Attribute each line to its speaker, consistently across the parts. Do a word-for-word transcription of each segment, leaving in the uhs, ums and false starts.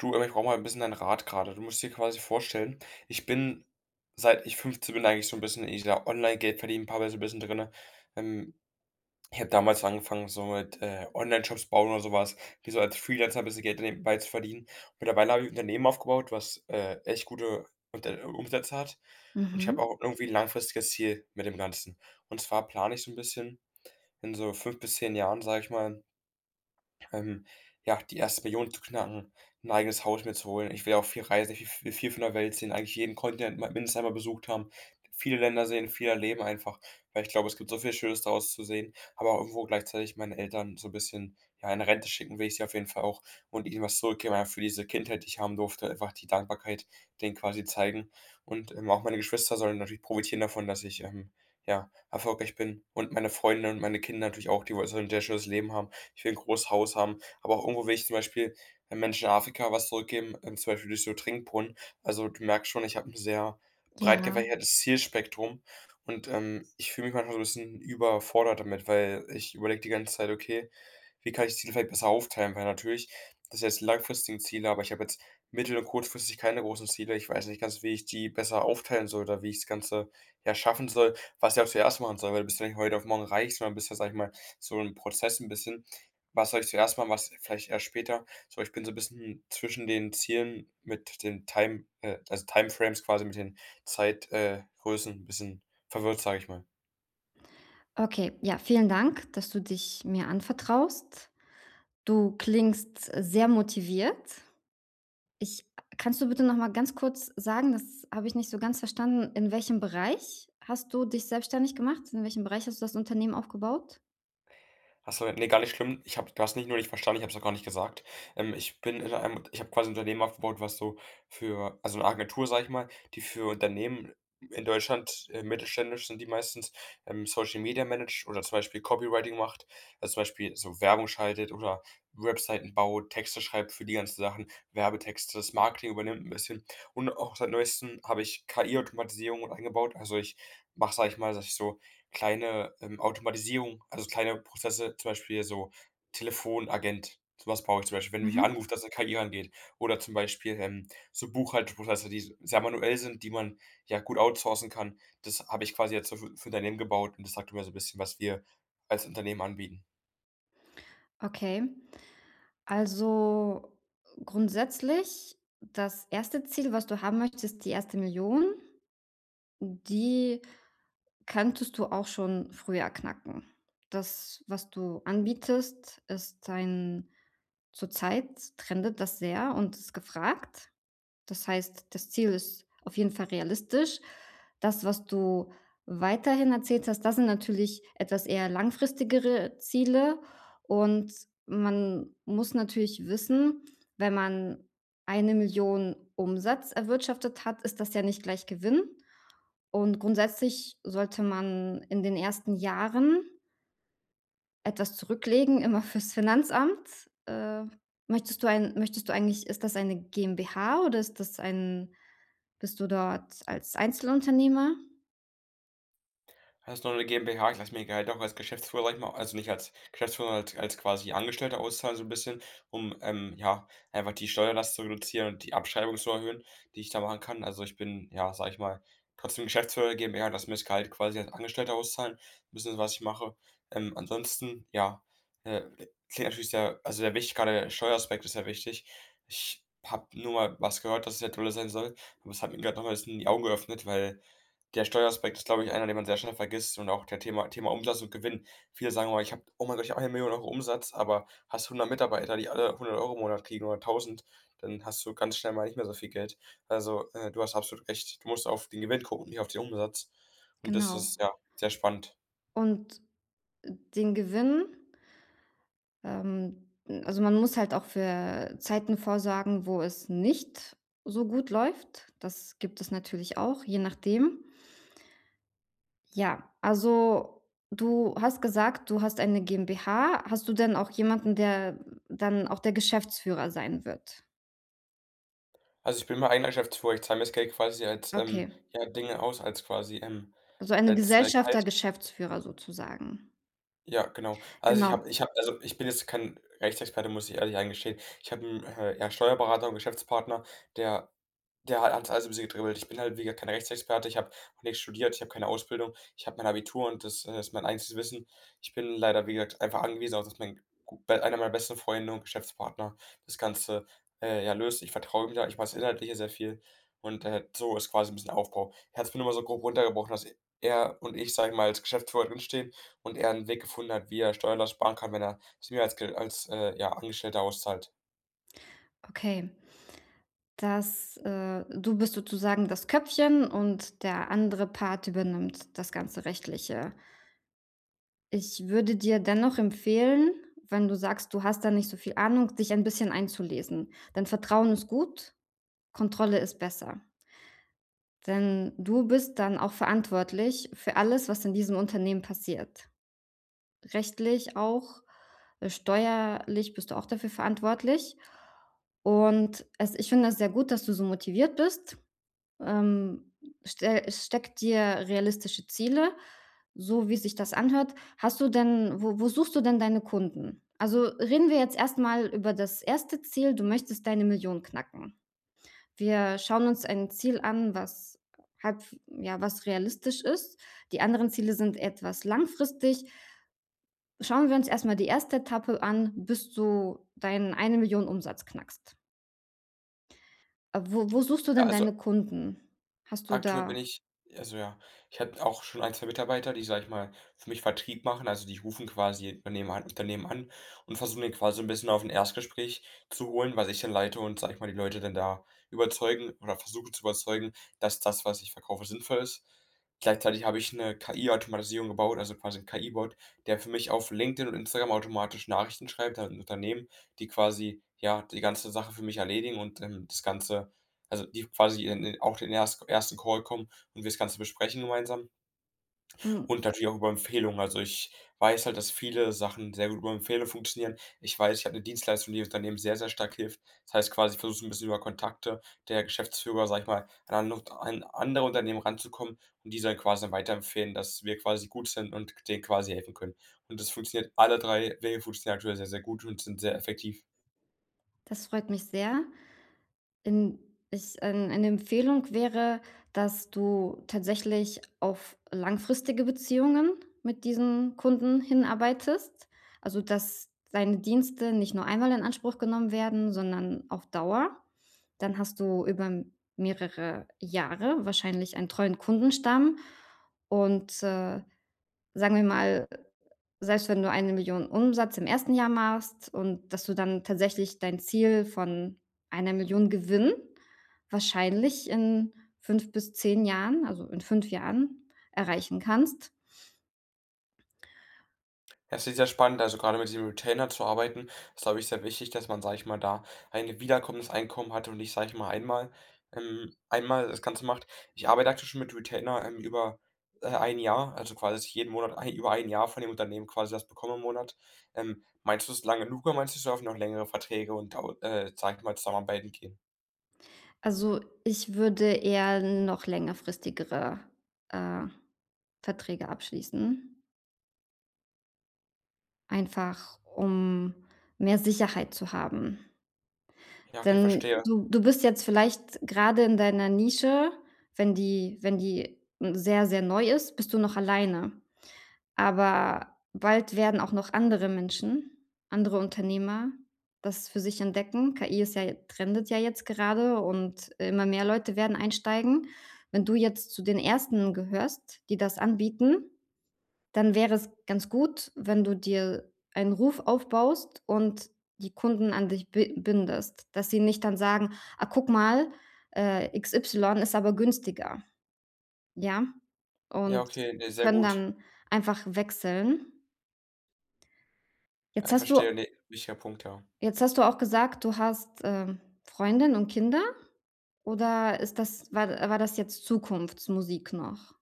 Speaker 1: Du, aber ich brauche mal ein bisschen deinen Rat gerade. Du musst dir quasi vorstellen, ich bin, seit ich fünfzehn bin, eigentlich so ein bisschen in dieser Online-Geldverdienen-Bubble Geld so ein bisschen drinne. Ähm, ich habe damals angefangen, so mit, äh, Online-Shops bauen oder sowas, wie so als Freelancer 'n bisschen Geld nebenbei zu verdienen. Mittlerweile habe ich ein Unternehmen aufgebaut, was, äh, echt gute Unter Umsätze hat. Und ich habe
Speaker 2: Mhm.
Speaker 1: auch irgendwie 'n langfristiges Ziel mit dem Ganzen. Und zwar plane ich so ein bisschen in so fünf bis zehn Jahren, sage ich mal, ähm, ja, die erste Million zu knacken, ein eigenes Haus mir zu holen. Ich will ja auch viel reisen, ich will viel viel von der Welt sehen, eigentlich jeden Kontinent mal mindestens einmal besucht haben, viele Länder sehen, viel erleben einfach, weil ich glaube, es gibt so viel Schönes daraus zu sehen, aber auch irgendwo gleichzeitig meine Eltern so ein bisschen, ja, in Rente schicken will ich sie auf jeden Fall auch und ihnen was zurückgeben, einfach für diese Kindheit, die ich haben durfte, einfach die Dankbarkeit denen quasi zeigen. Und, ähm, auch meine Geschwister sollen natürlich profitieren davon, dass ich, ähm, ja, erfolgreich bin und meine Freunde und meine Kinder natürlich auch, die wollen sollen ein sehr schönes Leben haben. Ich will ein großes Haus haben, aber auch irgendwo will ich zum Beispiel den Menschen in Afrika was zurückgeben, ähm, zum Beispiel durch so Trinkbrunnen. Also, du merkst schon, ich habe ein sehr breit
Speaker 2: Ja.
Speaker 1: gefächertes Zielspektrum und, ähm, ich fühle mich manchmal so ein bisschen überfordert damit, weil ich überlege die ganze Zeit: „Okay, wie kann ich die Ziele vielleicht besser aufteilen?“ Weil natürlich das sind jetzt die langfristigen Ziele, aber ich habe jetzt mittel und kurzfristig keine großen Ziele. Ich weiß nicht ganz, wie ich die besser aufteilen soll oder wie ich das Ganze, ja, schaffen soll, was ich auch zuerst machen soll, weil du bist ja nicht heute auf morgen reich, sondern bist ja, sage ich mal, so ein Prozess ein bisschen. Was soll ich zuerst machen, was vielleicht erst später? So, ich bin so ein bisschen zwischen den Zielen mit den Time äh, also Timeframes quasi mit den Zeitgrößen äh, Größen ein bisschen verwirrt, sage ich mal.
Speaker 2: Okay, ja, vielen Dank, dass du dich mir anvertraust. Du klingst äh, sehr motiviert. Ich Kannst du bitte noch mal ganz kurz sagen, das habe ich nicht so ganz verstanden, in welchem Bereich hast du dich selbstständig gemacht? In welchem Bereich hast du das Unternehmen aufgebaut?
Speaker 1: Ach so, ne, gar nicht schlimm. Ich habe du hast nicht nur nicht verstanden, ich habe es auch gar nicht gesagt. Ähm, ich bin in einem ich habe quasi 'n Unternehmen aufgebaut, was so für also 'ne Agentur, sage ich mal, die für Unternehmen in Deutschland, äh, mittelständisch sind die meistens, ähm, Social Media managt oder zum Beispiel Copywriting macht, also zum Beispiel so Werbung schaltet oder Webseiten baut, Texte schreibt für die ganzen Sachen, Werbetexte, das Marketing übernimmt 'n bisschen. Und auch seit Neuestem habe ich K I-Automatisierung eingebaut. Also, ich mache, sage ich mal, dass ich so kleine, ähm, Automatisierung, also kleine Prozesse, zum Beispiel so Telefonagent. So was brauche ich zum Beispiel, wenn mich
Speaker 2: Mhm.
Speaker 1: anruft, dass 'ne K I rangeht. Oder zum Beispiel, ähm, so Buchhaltungsprozesse, die s sehr manuell sind, die man ja gut outsourcen kann. Das habe ich quasi jetzt so für für Unternehmen gebaut und das sagt mir so ein bisschen, was wir als Unternehmen anbieten.
Speaker 2: Okay. Also grundsätzlich das erste Ziel, was du haben möchtest, die erste Million, die kanntest du auch schon früher knacken. Das, was du anbietest, ist ein zurzeit trendet das sehr und ist gefragt. Das heißt, das Ziel ist auf jeden Fall realistisch. Das, was du weiterhin erzählt hast, das sind natürlich etwas eher langfristigere Ziele, und man muss natürlich wissen, wenn man eine Million Umsatz erwirtschaftet hat, ist das ja nicht gleich Gewinn, und grundsätzlich sollte man in den ersten Jahren etwas zurücklegen, immer fürs Finanzamt. Äh, möchtest du ein möchtest du, eigentlich, ist das eine GmbH oder ist das ein bist du dort als Einzelunternehmer?
Speaker 1: Also nur eine GmbH, ich lasse mir Gehalt auch als Geschäftsführer, sage ich mal, also nicht als Geschäftsführer, sondern als als quasi Angestellter auszahlen so ein bisschen, um, ähm, ja, einfach die Steuerlast zu reduzieren und die Abschreibung zu erhöhen, die ich da machen kann. Also, ich bin, ja, sage ich mal, trotzdem Geschäftsführer der GmbH, lasse mir das Gehalt quasi als Angestellter auszahlen, ein bisschen, was ich mache. Ähm, ansonsten, ja, äh, klingt natürlich sehr also der wichtig, grade der Steueraspekt ist sehr wichtig. Ich habe nur mal was gehört, dass es ja dolle sein soll, aber es hat mir gerade nochmal mal die Augen geöffnet, weil der Steueraspekt ist, glaube ich, einer, den man sehr schnell vergisst und auch der Thema Thema Umsatz und Gewinn. Viele sagen immer: „Ich habe oh mein Gott, ich habe eine Million Euro € Umsatz“, aber hast hundert Mitarbeiter, die alle hundert Euro im Monat kriegen oder tausend, dann hast du ganz schnell mal nicht mehr so viel Geld. Also, äh, du hast absolut recht. Du musst auf den Gewinn gucken, nicht auf den Umsatz. Und das
Speaker 2: Genau.
Speaker 1: ist, ja, sehr spannend.
Speaker 2: Und den Gewinn, ähm also, man muss halt auch für Zeiten vorsorgen, wo es nicht so gut läuft. Das gibt es natürlich auch, je nachdem. Ja, also du hast gesagt, du hast eine GmbH. Hast du denn auch jemanden, der dann auch der Geschäftsführer sein wird?
Speaker 1: Also, ich bin mein eigener Geschäftsführer. Ich zahle mir das Geld quasi als, ähm,
Speaker 2: Okay,
Speaker 1: ja, Dinge aus als quasi, ähm
Speaker 2: also eine
Speaker 1: als, äh,
Speaker 2: Gesellschafter,
Speaker 1: Gehalt.
Speaker 2: Geschäftsführer sozusagen.
Speaker 1: Ja, genau. Also, ich
Speaker 2: Genau,
Speaker 1: habe ich habe also, ich bin jetzt kein Rechtsexperte, muss ich ehrlich eingestehen. Ich habe einen äh, ja, Steuerberater und Geschäftspartner, der der hat alles 'n bisschen gedribbelt. Ich bin halt, wie gesagt, kein Rechtsexperte. Ich habe auch nicht studiert, ich habe keine Ausbildung. Ich habe mein Abitur und das, äh, ist mein einziges Wissen. Ich bin leider, wie gesagt, einfach angewiesen auf dass mein gu bei einer meiner besten Freunde und Geschäftspartner das Ganze, äh, ja, löst. Ich vertraue ihm da, ich weiß Inhaltliche sehr viel und, äh, so ist quasi ein bisschen der Aufbau. Er hat es mir nur mal so grob runtergebrochen, dass er und ich, sage ich mal, als Geschäftsführer drinstehen und er einen Weg gefunden hat, wie er Steuern sparen kann, wenn er es mir als Ge als, äh, ja, Angestellter auszahlt.
Speaker 2: okay. Das, äh du bist sozusagen das Köpfchen und der andere Part übernimmt das ganze Rechtliche. Ich würde dir dennoch empfehlen, wenn du sagst, du hast da nicht so viel Ahnung, dich ein bisschen einzulesen, denn Vertrauen ist gut, Kontrolle ist besser. Denn du bist dann auch verantwortlich für alles, was in diesem Unternehmen passiert. Rechtlich auch, äh, steuerlich bist du auch dafür verantwortlich. Und es ich finde das sehr gut, dass du so motiviert bist. Ähm, stell steck dir realistische Ziele, so wie sich das anhört. Hast du denn wo wo suchst du denn deine Kunden? Also, reden wir jetzt erst mal über das erste Ziel, du möchtest deine Million knacken. Wir schauen uns ein Ziel an, was halb ja, was realistisch ist. Die anderen Ziele sind etwas langfristig. Schauen wir uns erst mal die erste Etappe an, bis du deinen eine Million Umsatz knackst. Äh, wo wo suchst du
Speaker 1: Ja,
Speaker 2: denn
Speaker 1: also
Speaker 2: deine Kunden? Hast du
Speaker 1: Aktuell bin
Speaker 2: da
Speaker 1: ich also ja, ich habe auch schon ein zwei Mitarbeiter, die, sag ich mal, für mich Vertrieb machen. Also, die rufen quasi Unternehmen an Unternehmen an und versuchen den quasi so 'n bisschen auf ein Erstgespräch zu holen, was ich dann leite und, sag ich mal, die Leute dann da überzeugen oder versuche zu überzeugen, dass das, was ich verkaufe, sinnvoll ist. Gleichzeitig habe ich 'ne K I-Automatisierung gebaut, also quasi 'n K I-Bot, der für mich auf LinkedIn und Instagram automatisch Nachrichten schreibt an Unternehmen, die quasi, ja, die ganze Sache für mich erledigen und, ähm, das Ganze also die quasi in den auch den erst ersten Call kommen und wir das Ganze besprechen gemeinsam
Speaker 2: hm,
Speaker 1: und natürlich auch über Empfehlungen. Also, ich weiß halt, dass viele Sachen sehr gut über Empfehlung funktionieren. Ich weiß, ich habe eine Dienstleistung, die dem Unternehmen sehr, sehr stark hilft. Das heißt quasi, ich versuche ein bisschen über Kontakte der Geschäftsführer, sage ich mal, an an an andere Unternehmen ranzukommen und die sollen quasi dann weiterempfehlen, dass wir quasi gut sind und denen quasi helfen können. Und das funktioniert alle drei Wege funktionieren aktuell sehr, sehr gut und sind sehr effektiv.
Speaker 2: das freut mich sehr. In ich ein eine Empfehlung wäre, dass du tatsächlich auf langfristige Beziehungen mit diesen Kunden hinarbeitest. Also, dass deine Dienste nicht nur einmal in Anspruch genommen werden, sondern auf Dauer. Dann hast du über mehrere Jahre wahrscheinlich einen treuen Kundenstamm, und, äh, sagen wir mal, selbst wenn du eine Million Umsatz im ersten Jahr machst, und dass du dann tatsächlich dein Ziel von einer Million Gewinn wahrscheinlich in fünf bis zehn Jahren, also in fünf Jahren erreichen kannst.
Speaker 1: Ja, das ist sehr spannend. Also gerade mit diesem Retainer zu arbeiten, ist, glaube ich, sehr wichtig, dass man, sage ich mal, da ein wiederkommendes Einkommen hat und nicht, sage ich mal, einmal ähm, einmal das Ganze macht. Ich arbeite aktuell schon mit Retainer, ähm, über, äh, ein Jahr, also quasi, dass ich jeden Monat ei über ein Jahr von dem Unternehmen quasi das bekomme im Monat. Ähm, meinst du es lange? lang genug oder meinst du, es sollten noch längere Verträge und dau äh, sage ich mal, Zusammenarbeiten gehen?
Speaker 2: Also, ich würde eher noch längerfristigere, äh, Verträge abschließen, einfach um mehr Sicherheit zu haben.
Speaker 1: Ja, okay,
Speaker 2: Denn
Speaker 1: verstehe.
Speaker 2: du du bist jetzt vielleicht grade in deiner Nische, wenn die wenn die, hm, sehr, sehr neu ist, bist du noch alleine. Aber bald werden auch noch andere Menschen, andere Unternehmer das für sich entdecken. K I ist ja trendet ja jetzt gerade, und immer mehr Leute werden einsteigen. Wenn du jetzt zu den Ersten gehörst, die das anbieten, dann wäre es ganz gut, wenn du dir einen Ruf aufbaust und die Kunden an dich bi bindest, dass sie nicht dann sagen: „Ah, guck mal, äh, X Y ist aber günstiger“, ja?
Speaker 1: Ja,
Speaker 2: Und
Speaker 1: okay, ne, sehr
Speaker 2: können
Speaker 1: gut.
Speaker 2: dann einfach wechseln.
Speaker 1: Ja,
Speaker 2: Jetzt
Speaker 1: ich
Speaker 2: hast du
Speaker 1: verstehe, ne, wichtiger Punkt, ja.
Speaker 2: jetzt hast du auch gesagt, du hast, ähm, Freundin und Kinder, oder ist das war war das jetzt Zukunftsmusik noch?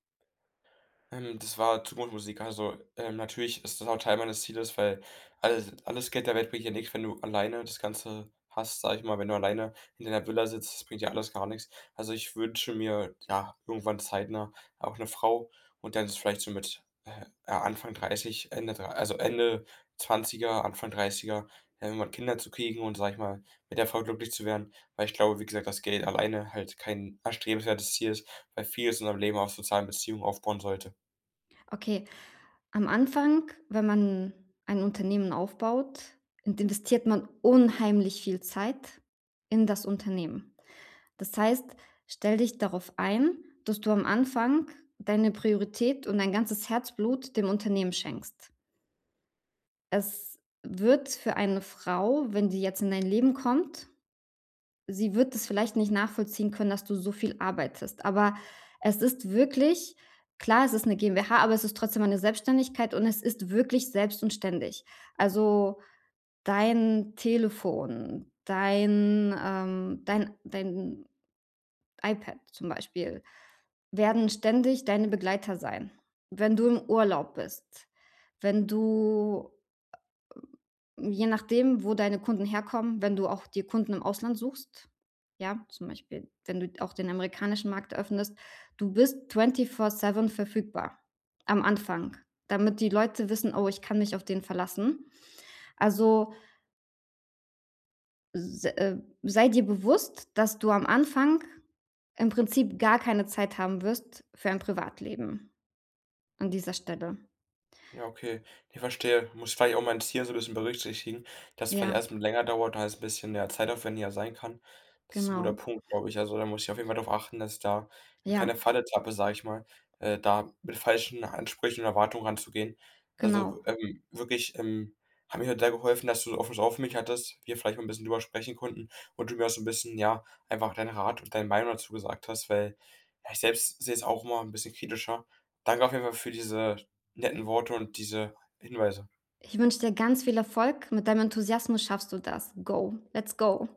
Speaker 1: Ähm, das war Zukunftsmusik. Also, ähm, natürlich ist das auch Teil meines Zieles, weil alles alles Geld der Welt bringt dir nichts, wenn du alleine das Ganze hast, sage ich mal. Wenn du alleine in deiner Villa sitzt, das bringt dir alles gar nichts. Also, ich wünsche mir, ja, irgendwann zeitnah auch eine Frau und dann ist vielleicht so mit, äh, ja, Anfang dreißig, Ende drei also, Ende Zwanziger, Anfang Dreißiger, er irgendwann Kinder zu kriegen und, sage ich mal, mit der Frau glücklich zu werden. Weil ich glaube, wie gesagt, dass Geld alleine halt kein erstrebenswertes Ziel ist, weil vieles in unserem Leben auf sozialen Beziehungen aufbauen sollte.
Speaker 2: Okay. Am Anfang, wenn man ein Unternehmen aufbaut, int investiert man unheimlich viel Zeit in das Unternehmen. Das heißt, stell dich darauf ein, dass du am Anfang deine Priorität und dein ganzes Herzblut dem Unternehmen schenkst. Es wird für eine Frau, wenn die jetzt in dein Leben kommt, sie wird es vielleicht nicht nachvollziehen können, dass du so viel arbeitest. Aber es ist wirklich klar, es ist eine GmbH, aber es ist trotzdem eine Selbstständigkeit, und es ist wirklich selbst und ständig. Also, dein Telefon, dein, ähm dein dein iPad zum Beispiel werden ständig deine Begleiter sein. Wenn du im Urlaub bist, wenn du, je nachdem, wo deine Kunden herkommen, wenn du auch dir Kunden im Ausland suchst, ja, zum Beispiel, wenn du auch den amerikanischen Markt öffnest, du bist vierundzwanzig sieben verfügbar am Anfang, damit die Leute wissen: „Oh, ich kann mich auf den verlassen.“ Also, se äh, sei dir bewusst, dass du am Anfang im Prinzip gar keine Zeit haben wirst für ein Privatleben an dieser Stelle.
Speaker 1: Ja, okay. Ich verstehe. Muss vielleicht auch mein Tier so ein bisschen berücksichtigen, dass es vielleicht
Speaker 2: Ja,
Speaker 1: erstmal länger dauert, da es ein bisschen, ja, zeitaufwendiger sein kann. Das ist ein guter
Speaker 2: genau.
Speaker 1: Punkt, glaube ich. Also, da muss ich auf jeden Fall darauf achten, dass ich da in
Speaker 2: Ja,
Speaker 1: keine Falle tappe, sage ich mal, äh, da mit falschen Ansprüchen und Erwartungen ranzugehen. Also,
Speaker 2: genau.
Speaker 1: ähm, wirklich, ähm, hat mir halt sehr geholfen, dass du so offenes Ohr auf mich hattest, wir vielleicht mal ein bisschen drüber sprechen konnten und du mir auch so ein bisschen, ja, einfach deinen Rat und deine Meinung dazu gesagt hast, weil, ja, ich selbst sehe es auch immer ein bisschen kritischer. Danke auf jeden Fall für diese netten Worte und diese Hinweise.
Speaker 2: Ich wünsche dir ganz viel Erfolg. Mit deinem Enthusiasmus schaffst du das. Go. Let's go.